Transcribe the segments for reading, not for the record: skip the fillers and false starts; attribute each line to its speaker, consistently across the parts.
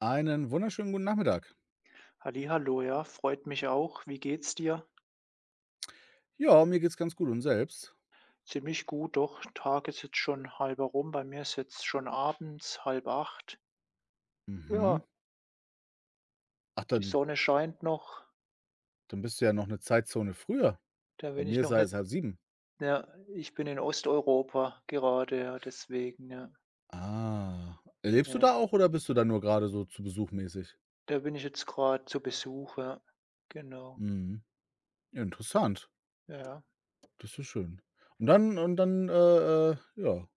Speaker 1: Einen wunderschönen guten Nachmittag.
Speaker 2: Hallihallo, ja, freut mich auch. Wie geht's dir?
Speaker 1: Ja, mir geht's ganz gut und selbst?
Speaker 2: Ziemlich gut, doch. Tag ist jetzt schon halber rum. Bei mir ist jetzt schon abends, halb acht.
Speaker 1: Mhm.
Speaker 2: Ja,
Speaker 1: Ach,
Speaker 2: die
Speaker 1: dann
Speaker 2: Sonne scheint noch.
Speaker 1: dann bist du ja noch eine Zeitzone früher.
Speaker 2: Da
Speaker 1: Bei
Speaker 2: bin ich
Speaker 1: mir ist
Speaker 2: noch
Speaker 1: ja
Speaker 2: nicht.
Speaker 1: erst sieben.
Speaker 2: Ja, ich bin in Osteuropa gerade, ja, deswegen, ja.
Speaker 1: Ah. Lebst du
Speaker 2: Ja,
Speaker 1: da auch oder bist du da nur gerade so zu Besuch mäßig?
Speaker 2: da bin ich jetzt gerade zu Besuch, ja. Genau.
Speaker 1: Mhm. Interessant.
Speaker 2: Ja.
Speaker 1: Das ist schön. Und dann, ja,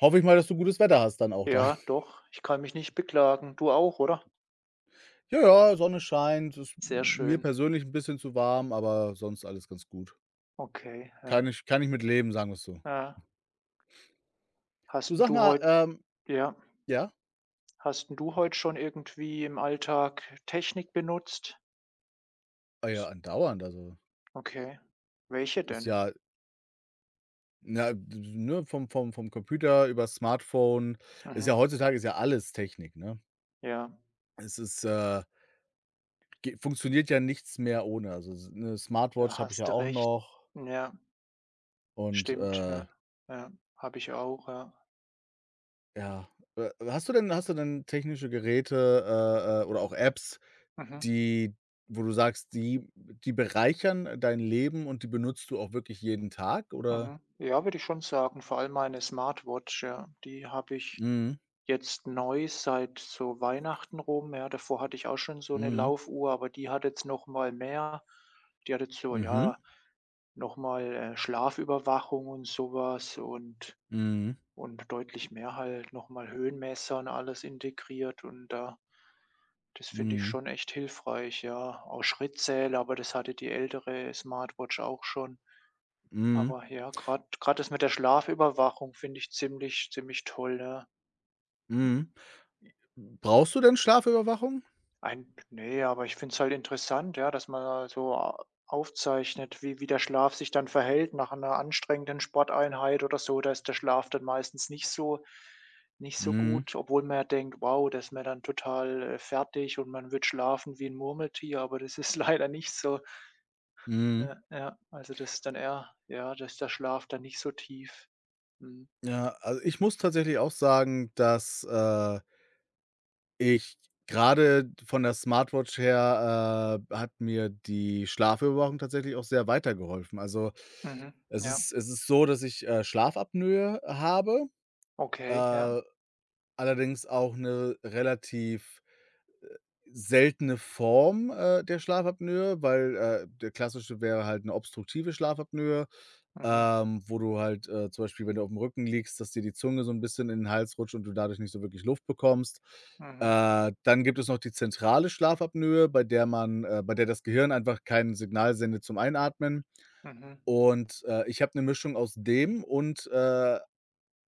Speaker 1: hoffe ich mal, dass du gutes Wetter hast dann auch da.
Speaker 2: Ja, doch. Ich kann mich nicht beklagen. Du auch, oder?
Speaker 1: Ja, ja, Sonne scheint, ist
Speaker 2: Sehr
Speaker 1: mir
Speaker 2: schön.
Speaker 1: persönlich ein bisschen zu warm, aber sonst alles ganz gut.
Speaker 2: Okay,
Speaker 1: Kann
Speaker 2: ja.
Speaker 1: ich kann ich mit leben, sagen wir's so.
Speaker 2: Ja.
Speaker 1: Du,
Speaker 2: Hast 'n
Speaker 1: sag
Speaker 2: du
Speaker 1: mal,
Speaker 2: heute ja.
Speaker 1: ja?
Speaker 2: Hast 'n du
Speaker 1: Okay.
Speaker 2: heute schon irgendwie im Alltag Technik benutzt?
Speaker 1: Ah ja, andauernd, also
Speaker 2: Okay. Welche
Speaker 1: Ist
Speaker 2: denn?
Speaker 1: ja na, ne, vom Computer über Smartphone ist ja
Speaker 2: Mhm.
Speaker 1: heutzutage ist ja alles Technik, ne?
Speaker 2: Ja,
Speaker 1: Es ist, ge Funktioniert ja nichts mehr ohne. Also, s 'ne Smartwatch
Speaker 2: da
Speaker 1: habe ich ja
Speaker 2: hast du
Speaker 1: auch
Speaker 2: recht.
Speaker 1: noch
Speaker 2: Ja,
Speaker 1: und,
Speaker 2: stimmt, ja. Ja, habe ich auch, ja.
Speaker 1: ja. Hast du denn technische Geräte, oder auch Apps,
Speaker 2: Mhm.
Speaker 1: die wo du sagst, die bereichern dein Leben und die benutzt du auch wirklich jeden Tag, oder?
Speaker 2: Mhm. Ja, würde ich schon sagen, vor allem meine Smartwatch, ja, die habe ich
Speaker 1: Mhm.
Speaker 2: jetzt neu seit so Weihnachten rum, ja. Davor hatte ich auch schon so 'ne
Speaker 1: Mhm.
Speaker 2: Laufuhr, aber die hat jetzt noch mal mehr. Die hat jetzt so,
Speaker 1: Mhm.
Speaker 2: ja, noch mal Schlafüberwachung und so was. und
Speaker 1: Mhm.
Speaker 2: Und deutlich mehr halt, noch mal Höhenmesser und alles integriert, und da das finde ich
Speaker 1: Mhm.
Speaker 2: schon echt hilfreich, ja. Auch Schrittzähler, aber das hatte die ältere Smartwatch auch schon.
Speaker 1: Mhm.
Speaker 2: Aber ja, gerade das mit der Schlafüberwachung finde ich ziemlich toll, ja.
Speaker 1: Mhm. Brauchst du denn Schlafüberwachung?
Speaker 2: Ein ne, aber ich finde es halt interessant, ja, dass man da so a aufzeichnet, wie der Schlaf sich dann verhält nach einer anstrengenden Sporteinheit oder so. Da ist der Schlaf dann meistens nicht so, nicht so
Speaker 1: Mhm,
Speaker 2: gut, obwohl man ja denkt: „Wow, das ist man dann total, fertig und man wird schlafen wie ein Murmeltier“, aber das ist leider nicht so.
Speaker 1: mhm.
Speaker 2: Ja, ja, also, das ist dann eher ja, dass der Schlaf dann nicht so tief. Mhm.
Speaker 1: Ja, also, ich muss tatsächlich auch sagen, dass, ich gerade von der Smartwatch her, hat mir die Schlafüberwachung tatsächlich auch sehr weitergeholfen. Also,
Speaker 2: Mhm.
Speaker 1: es
Speaker 2: Ja,
Speaker 1: ist es ist so, dass ich, Schlafapnoe habe,
Speaker 2: okay, ja.
Speaker 1: äh, allerdings auch eine relativ seltene Form, der Schlafapnoe, weil, der klassische wäre halt eine obstruktive Schlafapnoe.
Speaker 2: Mhm.
Speaker 1: Wo du halt, zum Beispiel, wenn du auf dem Rücken liegst, dass dir die Zunge so ein bisschen in den Hals rutscht und du dadurch nicht so wirklich Luft bekommst.
Speaker 2: Mhm.
Speaker 1: Dann gibt es noch die zentrale Schlafapnoe, bei der das Gehirn einfach kein Signal sendet zum Einatmen.
Speaker 2: Mhm.
Speaker 1: Und, ich habe eine Mischung aus dem und,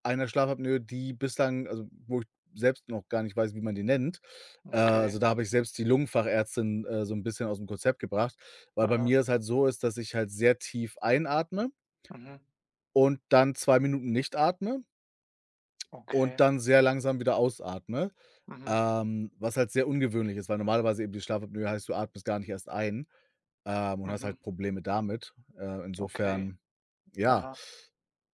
Speaker 1: einer Schlafapnoe, die bislang also, wo ich selbst noch gar nicht weiß, wie man die nennt.
Speaker 2: Okay.
Speaker 1: Also, da habe ich selbst die Lungenfachärztin, so ein bisschen aus dem Konzept gebracht, weil bei mir
Speaker 2: Aha.
Speaker 1: es halt so ist, dass ich halt sehr tief einatme
Speaker 2: Mhm.
Speaker 1: und dann 2 Minuten nicht atme und
Speaker 2: Okay.
Speaker 1: dann sehr langsam wieder ausatme,
Speaker 2: Mhm,
Speaker 1: was halt sehr ungewöhnlich ist, weil normalerweise eben die Schlafapnoe heißt, du atmest gar nicht erst ein, und hast
Speaker 2: mhm.
Speaker 1: halt Probleme damit.
Speaker 2: Okay.
Speaker 1: Insofern ja.
Speaker 2: Aha.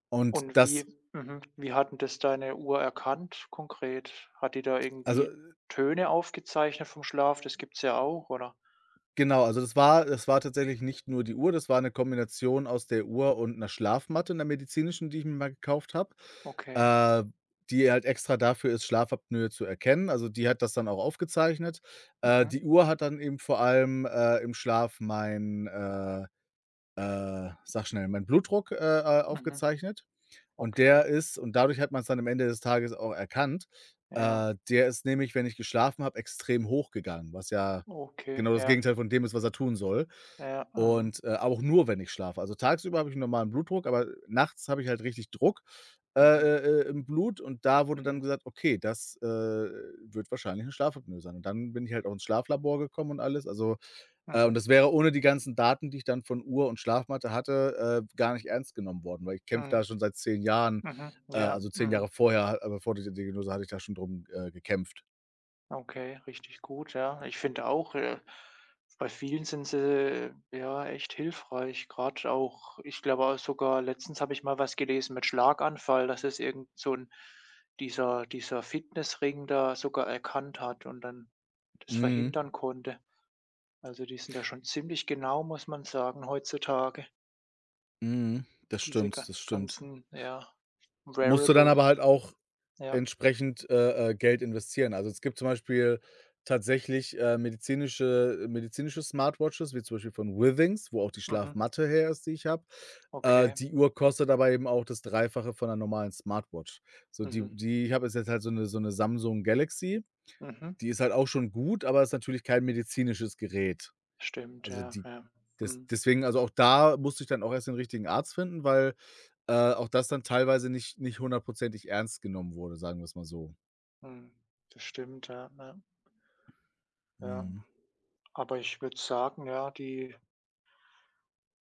Speaker 1: Und
Speaker 2: Und
Speaker 1: das
Speaker 2: wie, mhm, wie hat denn das deine Uhr erkannt konkret? Hat die da irgendwie
Speaker 1: also
Speaker 2: Töne aufgezeichnet vom Schlaf? Das gibt's ja auch, oder?
Speaker 1: Genau, also das war tatsächlich nicht nur die Uhr, das war eine Kombination aus der Uhr und einer Schlafmatte, 'ner medizinischen, die ich mir mal gekauft habe,
Speaker 2: Okay.
Speaker 1: äh, die halt extra dafür ist, Schlafapnoe zu erkennen. Also, die hat das dann auch aufgezeichnet.
Speaker 2: Mhm,
Speaker 1: Die Uhr hat dann eben vor allem, im Schlaf sag schnell, meinen Blutdruck,
Speaker 2: mhm.
Speaker 1: aufgezeichnet und der
Speaker 2: Okay.
Speaker 1: ist und dadurch hat man es dann am Ende des Tages auch erkannt,
Speaker 2: Ja,
Speaker 1: der ist nämlich, wenn ich geschlafen habe, extrem hochgegangen, was ja
Speaker 2: okay,
Speaker 1: genau das
Speaker 2: ja,
Speaker 1: Gegenteil von dem ist, was er tun soll
Speaker 2: ja, mhm,
Speaker 1: und, aber auch nur, wenn ich schlafe. Also, tagsüber habe ich einen normalen Blutdruck, aber nachts habe ich halt richtig Druck,
Speaker 2: mhm,
Speaker 1: im Blut und da wurde dann
Speaker 2: mhm,
Speaker 1: gesagt: „Okay, das, wird wahrscheinlich 'ne Schlafapnoe sein." Und dann bin ich halt auch ins Schlaflabor gekommen und alles. Also, und
Speaker 2: mhm,
Speaker 1: das wäre ohne die ganzen Daten, die ich dann von Uhr und Schlafmatte hatte, gar nicht ernst genommen worden, weil ich kämpfe
Speaker 2: mhm,
Speaker 1: da schon seit 10 Jahren,
Speaker 2: mhm, ja,
Speaker 1: also 10
Speaker 2: mhm.
Speaker 1: Jahre vorher, bevor diese Diagnose hatte ich da schon drum, gekämpft.
Speaker 2: Okay, richtig gut, ja. Ich finde auch, bei vielen sind sie ja echt hilfreich. Gerade auch, ich glaube auch sogar, letztens habe ich mal was gelesen mit Schlaganfall, dass es irgend so ein dieser Fitnessring da sogar erkannt hat und dann das
Speaker 1: Mhm,
Speaker 2: verhindern konnte. Also die sind da schon ziemlich genau, muss man sagen, heutzutage.
Speaker 1: mhm. Das
Speaker 2: Diese
Speaker 1: stimmt, das stimmt.
Speaker 2: ganzen, ja,
Speaker 1: Musst du dann
Speaker 2: Wearables.
Speaker 1: aber halt auch
Speaker 2: Ja.
Speaker 1: entsprechend, Geld investieren. Also, es gibt zum Beispiel tatsächlich, medizinische Smartwatches, wie zum Beispiel von Withings, wo auch die
Speaker 2: Mhm.
Speaker 1: Schlafmatte her ist, die ich habe.
Speaker 2: Okay.
Speaker 1: Die Uhr kostet aber eben auch das Dreifache von einer normalen Smartwatch. So, die
Speaker 2: Mhm.
Speaker 1: die ich habe ist jetzt halt so eine Samsung Galaxy.
Speaker 2: Mhm.
Speaker 1: Die ist halt auch schon gut, aber ist natürlich kein medizinisches Gerät.
Speaker 2: Stimmt,
Speaker 1: Also,
Speaker 2: ja,
Speaker 1: die
Speaker 2: ja.
Speaker 1: des
Speaker 2: Mhm.
Speaker 1: deswegen also, auch da musste ich dann auch erst den richtigen Arzt finden, weil, auch das dann teilweise nicht hundertprozentig ernst genommen wurde, sagen wir es mal so.
Speaker 2: Mhm. Das stimmt, ja, ja, ja.
Speaker 1: Mhm.
Speaker 2: Aber ich würde sagen, ja, die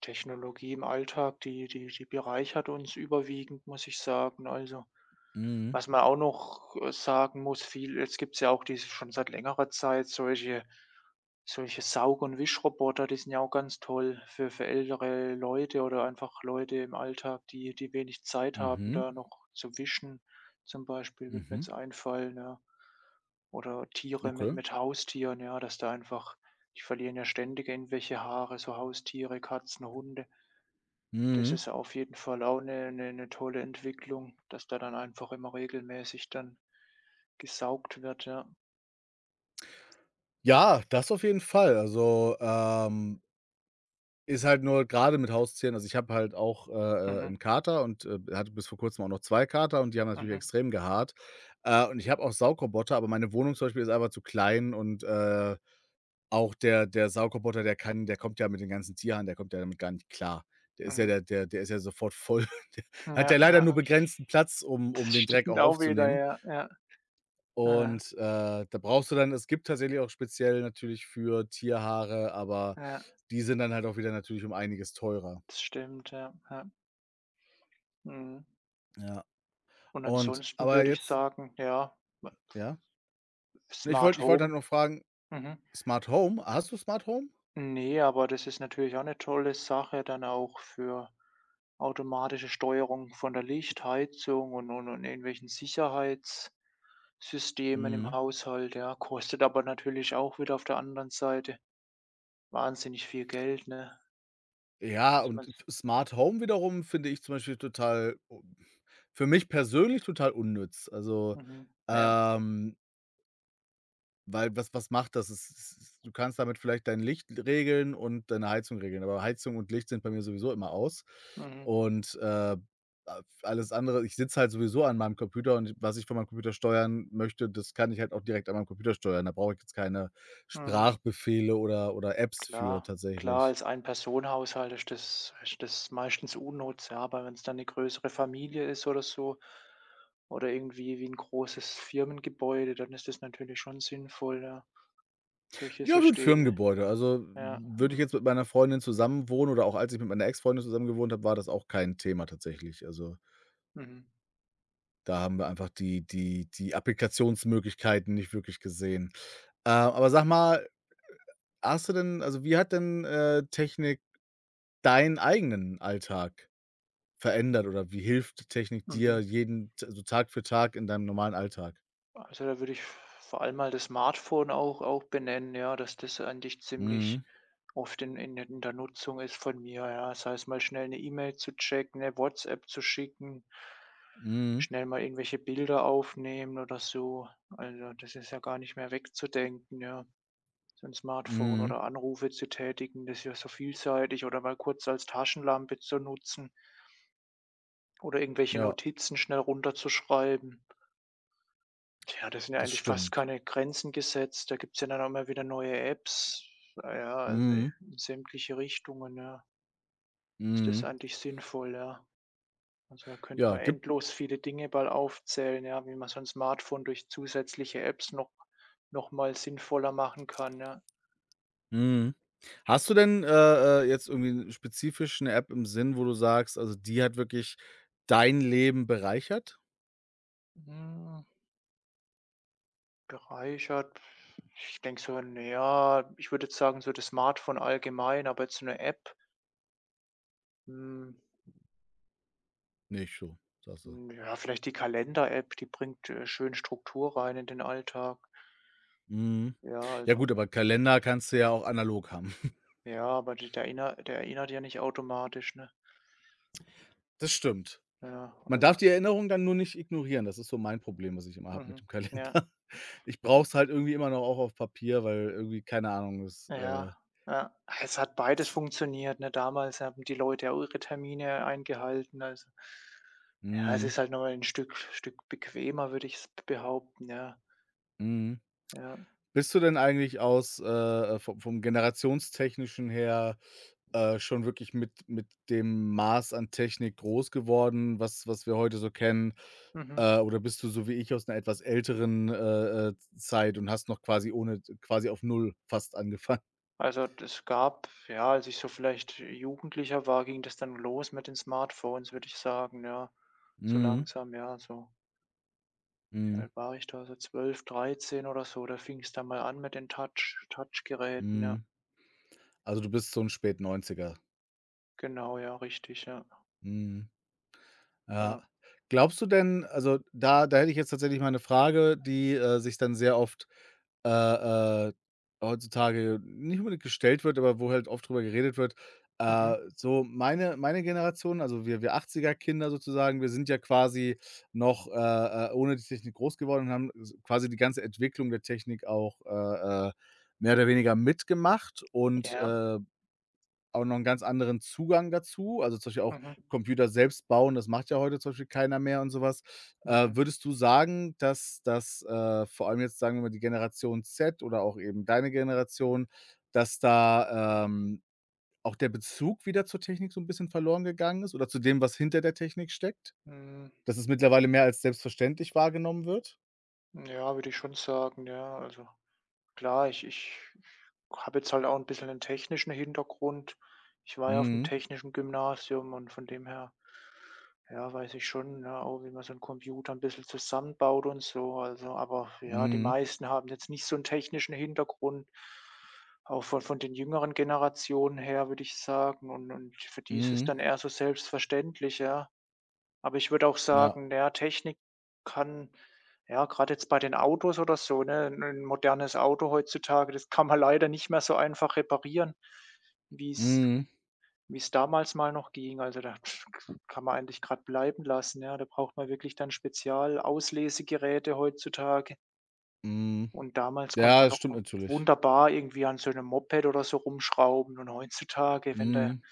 Speaker 2: Technologie im Alltag, die bereichert uns überwiegend, muss ich sagen. Also,
Speaker 1: Mhm.
Speaker 2: was man auch noch, sagen muss, viel jetzt gibt's ja auch diese schon seit längerer Zeit solche, solche Saug- und Wischroboter, die sind ja auch ganz toll für ältere Leute oder einfach Leute im Alltag, die wenig Zeit haben,
Speaker 1: Mhm.
Speaker 2: da noch zu wischen. Zum Beispiel würde mir
Speaker 1: Mhm.
Speaker 2: jetzt einfallen, ja. Oder Tiere,
Speaker 1: Okay.
Speaker 2: mit Haustieren, ja, dass da einfach die verlieren ja ständig irgendwelche Haare, so Haustiere, Katzen, Hunde. Das
Speaker 1: Mhm.
Speaker 2: ist auf jeden Fall auch eine 'ne 'ne tolle Entwicklung, dass da dann einfach immer regelmäßig dann gesaugt wird, ja.
Speaker 1: Ja, das auf jeden Fall. Also, ist halt nur gerade mit Haustieren also, ich habe halt auch,
Speaker 2: Mhm,
Speaker 1: 'n Kater und, hatte bis vor Kurzem auch noch 2 Kater und die haben natürlich
Speaker 2: mhm,
Speaker 1: extrem gehaart. Und ich habe auch Saugroboter, aber meine Wohnung zum Beispiel ist einfach zu klein und, auch der Saugroboter, der kommt ja mit den ganzen Tierhaaren, der kommt ja damit gar nicht klar. Der ist ja
Speaker 2: mhm.
Speaker 1: der der der ist ja sofort voll. Der hat ja
Speaker 2: Ja,
Speaker 1: leider nur
Speaker 2: aha.
Speaker 1: begrenzten Platz, um
Speaker 2: Das
Speaker 1: den Dreck
Speaker 2: stimmt
Speaker 1: auch
Speaker 2: auch wieder,
Speaker 1: aufzunehmen.
Speaker 2: ja, ja, ja,
Speaker 1: Und, da brauchst du dann, es gibt tatsächlich auch speziell natürlich für Tierhaare, aber
Speaker 2: ja.
Speaker 1: die sind dann halt auch wieder natürlich um einiges teurer.
Speaker 2: Das stimmt, ja, ja. Mhm.
Speaker 1: Ja.
Speaker 2: Und
Speaker 1: Und
Speaker 2: ansonsten
Speaker 1: aber
Speaker 2: würde ich
Speaker 1: jetzt,
Speaker 2: sagen, ja,
Speaker 1: ja? Ne, ich
Speaker 2: Smart
Speaker 1: wollte ich wollte halt
Speaker 2: Home.
Speaker 1: noch fragen,
Speaker 2: Mhm.
Speaker 1: Smart Home, hast du Smart Home?
Speaker 2: Ne, aber das ist natürlich auch eine tolle Sache dann auch für automatische Steuerung von der Lichtheizung und und irgendwelchen Sicherheitssystemen im
Speaker 1: Mhm.
Speaker 2: Haushalt, ja. Kostet aber natürlich auch wieder auf der anderen Seite wahnsinnig viel Geld, ne?
Speaker 1: Ja,
Speaker 2: Ist
Speaker 1: und
Speaker 2: man's,
Speaker 1: Smart Home wiederum finde ich zum Beispiel total u für mich persönlich total unnütz. Also,
Speaker 2: mhm, ja,
Speaker 1: ähm weil was macht das? Es es Du kannst damit vielleicht dein Licht regeln und deine Heizung regeln, aber Heizung und Licht sind bei mir sowieso immer aus.
Speaker 2: mhm,
Speaker 1: Und, alles andere, ich sitze halt sowieso an meinem Computer und was ich von meinem Computer steuern möchte, das kann ich halt auch direkt an meinem Computer steuern. Da brauche ich jetzt keine
Speaker 2: mhm.
Speaker 1: Sprachbefehle oder Apps für
Speaker 2: Klar, klar,
Speaker 1: tatsächlich.
Speaker 2: als Ein-Personen-Haushalt ist das meistens unnütz, ja, aber wenn es dann eine größere Familie ist oder so, oder irgendwie wie ein großes Firmengebäude, dann ist das natürlich schon sinnvoll, ja, solche
Speaker 1: Ja, für ein
Speaker 2: Systeme.
Speaker 1: Firmengebäude. Also,
Speaker 2: Ja,
Speaker 1: würde ich
Speaker 2: mhm,
Speaker 1: jetzt mit meiner Freundin zusammenwohnen oder auch als ich mit meiner Ex-Freundin zusammen gewohnt habe, war das auch kein Thema tatsächlich, also
Speaker 2: mhm,
Speaker 1: da haben wir einfach die Applikationsmöglichkeiten nicht wirklich gesehen. Aber sag mal, hast du denn also, wie hat denn, Technik deinen eigenen Alltag verändert oder wie hilft Technik dir
Speaker 2: mhm.
Speaker 1: jeden t also, Tag für Tag in deinem normalen Alltag?
Speaker 2: Also, da würde ich vor allem mal das Smartphone auch benennen, ja, dass das eigentlich ziemlich
Speaker 1: Mhm,
Speaker 2: oft in der Nutzung ist von mir, ja. Das heißt mal schnell eine E-Mail zu checken, eine WhatsApp zu schicken,
Speaker 1: mhm,
Speaker 2: schnell mal irgendwelche Bilder aufnehmen oder so. Also, das ist ja gar nicht mehr wegzudenken, ja, so 'n Smartphone,
Speaker 1: mhm.
Speaker 2: oder Anrufe zu tätigen, das ist ja so vielseitig, oder mal kurz als Taschenlampe zu nutzen oder irgendwelche
Speaker 1: Ja,
Speaker 2: Notizen schnell runterzuschreiben. Tja, da sind ja
Speaker 1: das
Speaker 2: eigentlich fast
Speaker 1: stimmt.
Speaker 2: keine Grenzen gesetzt. Da gibt's ja dann auch immer wieder neue Apps. Ah ja, also in
Speaker 1: Mhm,
Speaker 2: sämtliche Richtungen, ja. Ist das
Speaker 1: mhm.
Speaker 2: eigentlich sinnvoll, ja. Also, da könnte
Speaker 1: Ja,
Speaker 2: man
Speaker 1: gibt
Speaker 2: endlos viele Dinge bald aufzählen, ja, wie man so 'n Smartphone durch zusätzliche Apps noch, noch mal sinnvoller machen kann, ja.
Speaker 1: mhm. Hast du denn, jetzt irgendwie spezifisch 'ne App im Sinn, wo du sagst, also, die hat wirklich dein Leben bereichert?
Speaker 2: Hm, bereichert, ich denke so, na ja, ich würde jetzt sagen, so das Smartphone allgemein, aber jetzt so 'ne App, hm.
Speaker 1: Nicht so, sagst du.
Speaker 2: Hm, ja, vielleicht die Kalender-App, die bringt, schön Struktur rein in den Alltag.
Speaker 1: Mhm.
Speaker 2: Ja,
Speaker 1: Ja
Speaker 2: also
Speaker 1: gut, aber Kalender kannst du ja auch analog haben.
Speaker 2: ja, aber d der erinner der erinnert ja nicht automatisch, ne?
Speaker 1: Das stimmt.
Speaker 2: Ja,
Speaker 1: Man
Speaker 2: also
Speaker 1: darf die Erinnerung dann nur nicht ignorieren. Das ist so mein Problem, was ich immer habe mit
Speaker 2: mhm,
Speaker 1: dem
Speaker 2: ja,
Speaker 1: Kalender. Ich brauche es halt irgendwie immer noch auch auf Papier, weil irgendwie, keine Ahnung, das,
Speaker 2: ja, ja. Es hat beides
Speaker 1: s
Speaker 2: funktioniert, ne? Damals haben die Leute ja auch ihre Termine eingehalten, also ja, es
Speaker 1: mhm,
Speaker 2: ist halt nochmal ein Stück bequemer, würde ich behaupten, ja,
Speaker 1: mhm.
Speaker 2: ja.
Speaker 1: Bist du denn eigentlich vom generationstechnischen her, schon wirklich mit dem Maß an Technik groß geworden, was wir heute so kennen?
Speaker 2: Mhm.
Speaker 1: Oder bist du so wie ich aus einer etwas älteren, Zeit und hast noch quasi ohne quasi auf null fast angefangen?
Speaker 2: Also, es gab ja, als ich so vielleicht Jugendlicher war, ging das dann los mit den Smartphones, würde ich sagen, ja. So
Speaker 1: Mhm,
Speaker 2: langsam, ja, so wie
Speaker 1: mhm,
Speaker 2: alt war ich da? So 12, 13 oder so, da fing es dann mal an mit den Touchgeräten, ja.
Speaker 1: mhm. Also, du bist so ein spät 90.
Speaker 2: Genau, ja, richtig, ja.
Speaker 1: Mhm. Ja.
Speaker 2: Ja.
Speaker 1: Glaubst du denn, also, da hätte ich jetzt tatsächlich mal eine Frage, die, sich dann sehr oft, äh, äh, heutzutage nicht unbedingt gestellt wird, aber wo halt oft drüber geredet wird.
Speaker 2: Mhm.
Speaker 1: So meine Generation, also wir achtziger Kinder sozusagen, wir sind ja quasi noch, ohne die Technik groß geworden und haben s quasi die ganze Entwicklung der Technik auch, mehr oder weniger mitgemacht und,
Speaker 2: Ja.
Speaker 1: auch noch 'n ganz anderen Zugang dazu, also, zum Beispiel auch
Speaker 2: Mhm.
Speaker 1: Computer selbst bauen, das macht ja heute zum Beispiel keiner mehr und so was.
Speaker 2: Mhm.
Speaker 1: Würdest du sagen, vor allem jetzt, sagen wir mal, die Generation Z oder auch eben deine Generation, dass da, auch der Bezug wieder zur Technik so 'n bisschen verloren gegangen ist oder zu dem, was hinter der Technik steckt?
Speaker 2: Hm,
Speaker 1: Dass es mittlerweile mehr als selbstverständlich wahrgenommen wird?
Speaker 2: ja, würde ich schon sagen, ja, also klar, ich habe jetzt halt auch ein bisschen einen technischen Hintergrund. Ich war ja auf auf'm
Speaker 1: Mhm,
Speaker 2: technischen Gymnasium und von dem her, ja, weiß ich schon, ne, auch wie man so einen Computer ein bisschen zusammenbaut und so. Also, aber ja, die
Speaker 1: mhm,
Speaker 2: meisten haben jetzt nicht so einen technischen Hintergrund. Auch von den jüngeren Generationen her, würde ich sagen. Und für die ist es
Speaker 1: mhm,
Speaker 2: dann eher so selbstverständlich, ja. Aber ich würde auch
Speaker 1: ja,
Speaker 2: sagen, ja, Technik kann ja, gerade jetzt bei den Autos oder so, ne, 'n modernes Auto heutzutage, das kann man leider nicht mehr so einfach reparieren, wie's
Speaker 1: mhm,
Speaker 2: wie's damals mal noch ging. Also, da kann man eigentlich grad bleiben lassen, ja. Da braucht man wirklich dann Spezialauslesegeräte heutzutage.
Speaker 1: mhm.
Speaker 2: Und damals konnte
Speaker 1: Ja,
Speaker 2: man
Speaker 1: das stimmt
Speaker 2: noch
Speaker 1: natürlich.
Speaker 2: wunderbar irgendwie an so 'nem Moped oder so rumschrauben, und heutzutage, wenn da
Speaker 1: Mhm.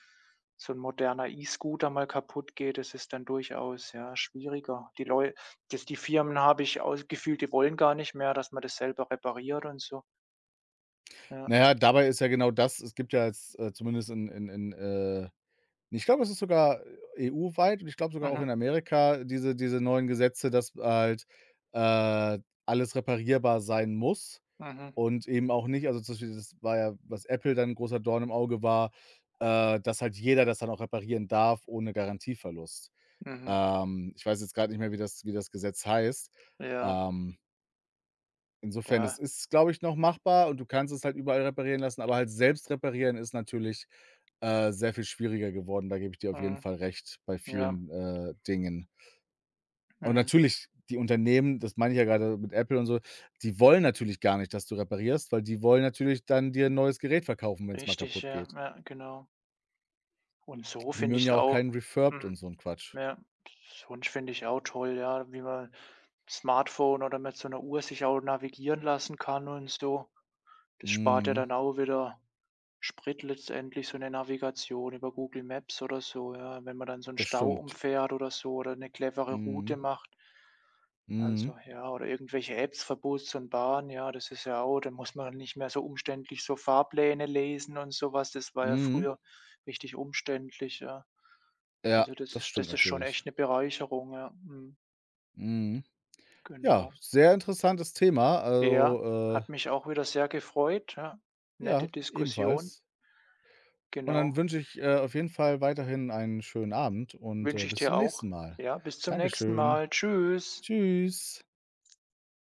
Speaker 2: so 'n moderner E-Scooter mal kaputtgeht, das ist dann durchaus, ja, schwieriger. Die Leu Das die Firmen habe ich aus gefühlt, die wollen gar nicht mehr, dass man das selber repariert und so.
Speaker 1: Na
Speaker 2: Ja.
Speaker 1: ja, dabei ist ja genau das es gibt ja jetzt, zumindest in, ich glaube, es ist sogar EU-weit und ich glaube sogar auch
Speaker 2: Mhm.
Speaker 1: in Amerika diese neuen Gesetze, dass halt, äh, alles reparierbar sein muss
Speaker 2: Mhm.
Speaker 1: und eben auch nicht also, zum Beispiel das war ja, was Apple dann 'n großer Dorn im Auge war, dass halt jeder das dann auch reparieren darf ohne Garantieverlust.
Speaker 2: Mhm.
Speaker 1: Ich weiß jetzt gerade nicht mehr, wie das Gesetz heißt.
Speaker 2: Ja,
Speaker 1: Ähm Insofern, das
Speaker 2: ja.
Speaker 1: ist, glaube ich, noch machbar und du kannst es halt überall reparieren lassen, aber halt selbst reparieren ist natürlich, sehr viel schwieriger geworden. Da gebe ich dir auf jeden
Speaker 2: Mhm.
Speaker 1: Fall recht bei
Speaker 2: Ja.
Speaker 1: vielen, Dingen. Und
Speaker 2: Mhm.
Speaker 1: natürlich, die Unternehmen, das meine ich ja gerade mit Apple und so, die wollen natürlich gar nicht, dass du reparierst, weil die wollen natürlich dann dir 'n neues Gerät verkaufen, wenn es mal
Speaker 2: Richtig,
Speaker 1: kaputt
Speaker 2: ja,
Speaker 1: geht.
Speaker 2: ja, genau. Und so
Speaker 1: Die
Speaker 2: finde
Speaker 1: mögen
Speaker 2: ich's
Speaker 1: ja auch
Speaker 2: auch,
Speaker 1: keinen refurbed
Speaker 2: mhm.
Speaker 1: und so 'n Quatsch.
Speaker 2: Ja, Hund finde ich auch toll, ja, wie man Smartphone oder mit so einer Uhr sich auch navigieren lassen kann und so. Das spart ja
Speaker 1: Mhm,
Speaker 2: dann auch wieder Sprit letztendlich, so eine Navigation über Google Maps oder so, ja. Wenn man dann so einen
Speaker 1: das
Speaker 2: Stau
Speaker 1: stimmt.
Speaker 2: umfährt oder so oder eine clevere
Speaker 1: Mhm,
Speaker 2: Route macht.
Speaker 1: mhm,
Speaker 2: Also ja, oder irgendwelche Apps, Verbots und Bahn, ja, das ist ja auch, dann muss man nicht mehr so umständlich so Fahrpläne lesen und sowas. Das war ja
Speaker 1: mhm.
Speaker 2: früher richtig umständlich, ja.
Speaker 1: Ja,
Speaker 2: Also das
Speaker 1: das
Speaker 2: ist
Speaker 1: stimmt
Speaker 2: das ist schon
Speaker 1: natürlich.
Speaker 2: echt eine Bereicherung, ja. Mhm,
Speaker 1: Mhm. Ja,
Speaker 2: genau.
Speaker 1: sehr interessantes Thema.
Speaker 2: Ja,
Speaker 1: Also,
Speaker 2: hat mich auch wieder sehr gefreut, ja.
Speaker 1: ja,
Speaker 2: Nette Diskussion,
Speaker 1: ebenfalls. Und dann
Speaker 2: genau.
Speaker 1: wünsche ich, auf jeden Fall weiterhin einen schönen Abend und,
Speaker 2: Wünsche ich
Speaker 1: bis
Speaker 2: dir
Speaker 1: zum
Speaker 2: auch.
Speaker 1: nächsten Mal.
Speaker 2: Ja, bis zum nächsten
Speaker 1: Dankeschön.
Speaker 2: Mal. Tschüss.
Speaker 1: Tschüss.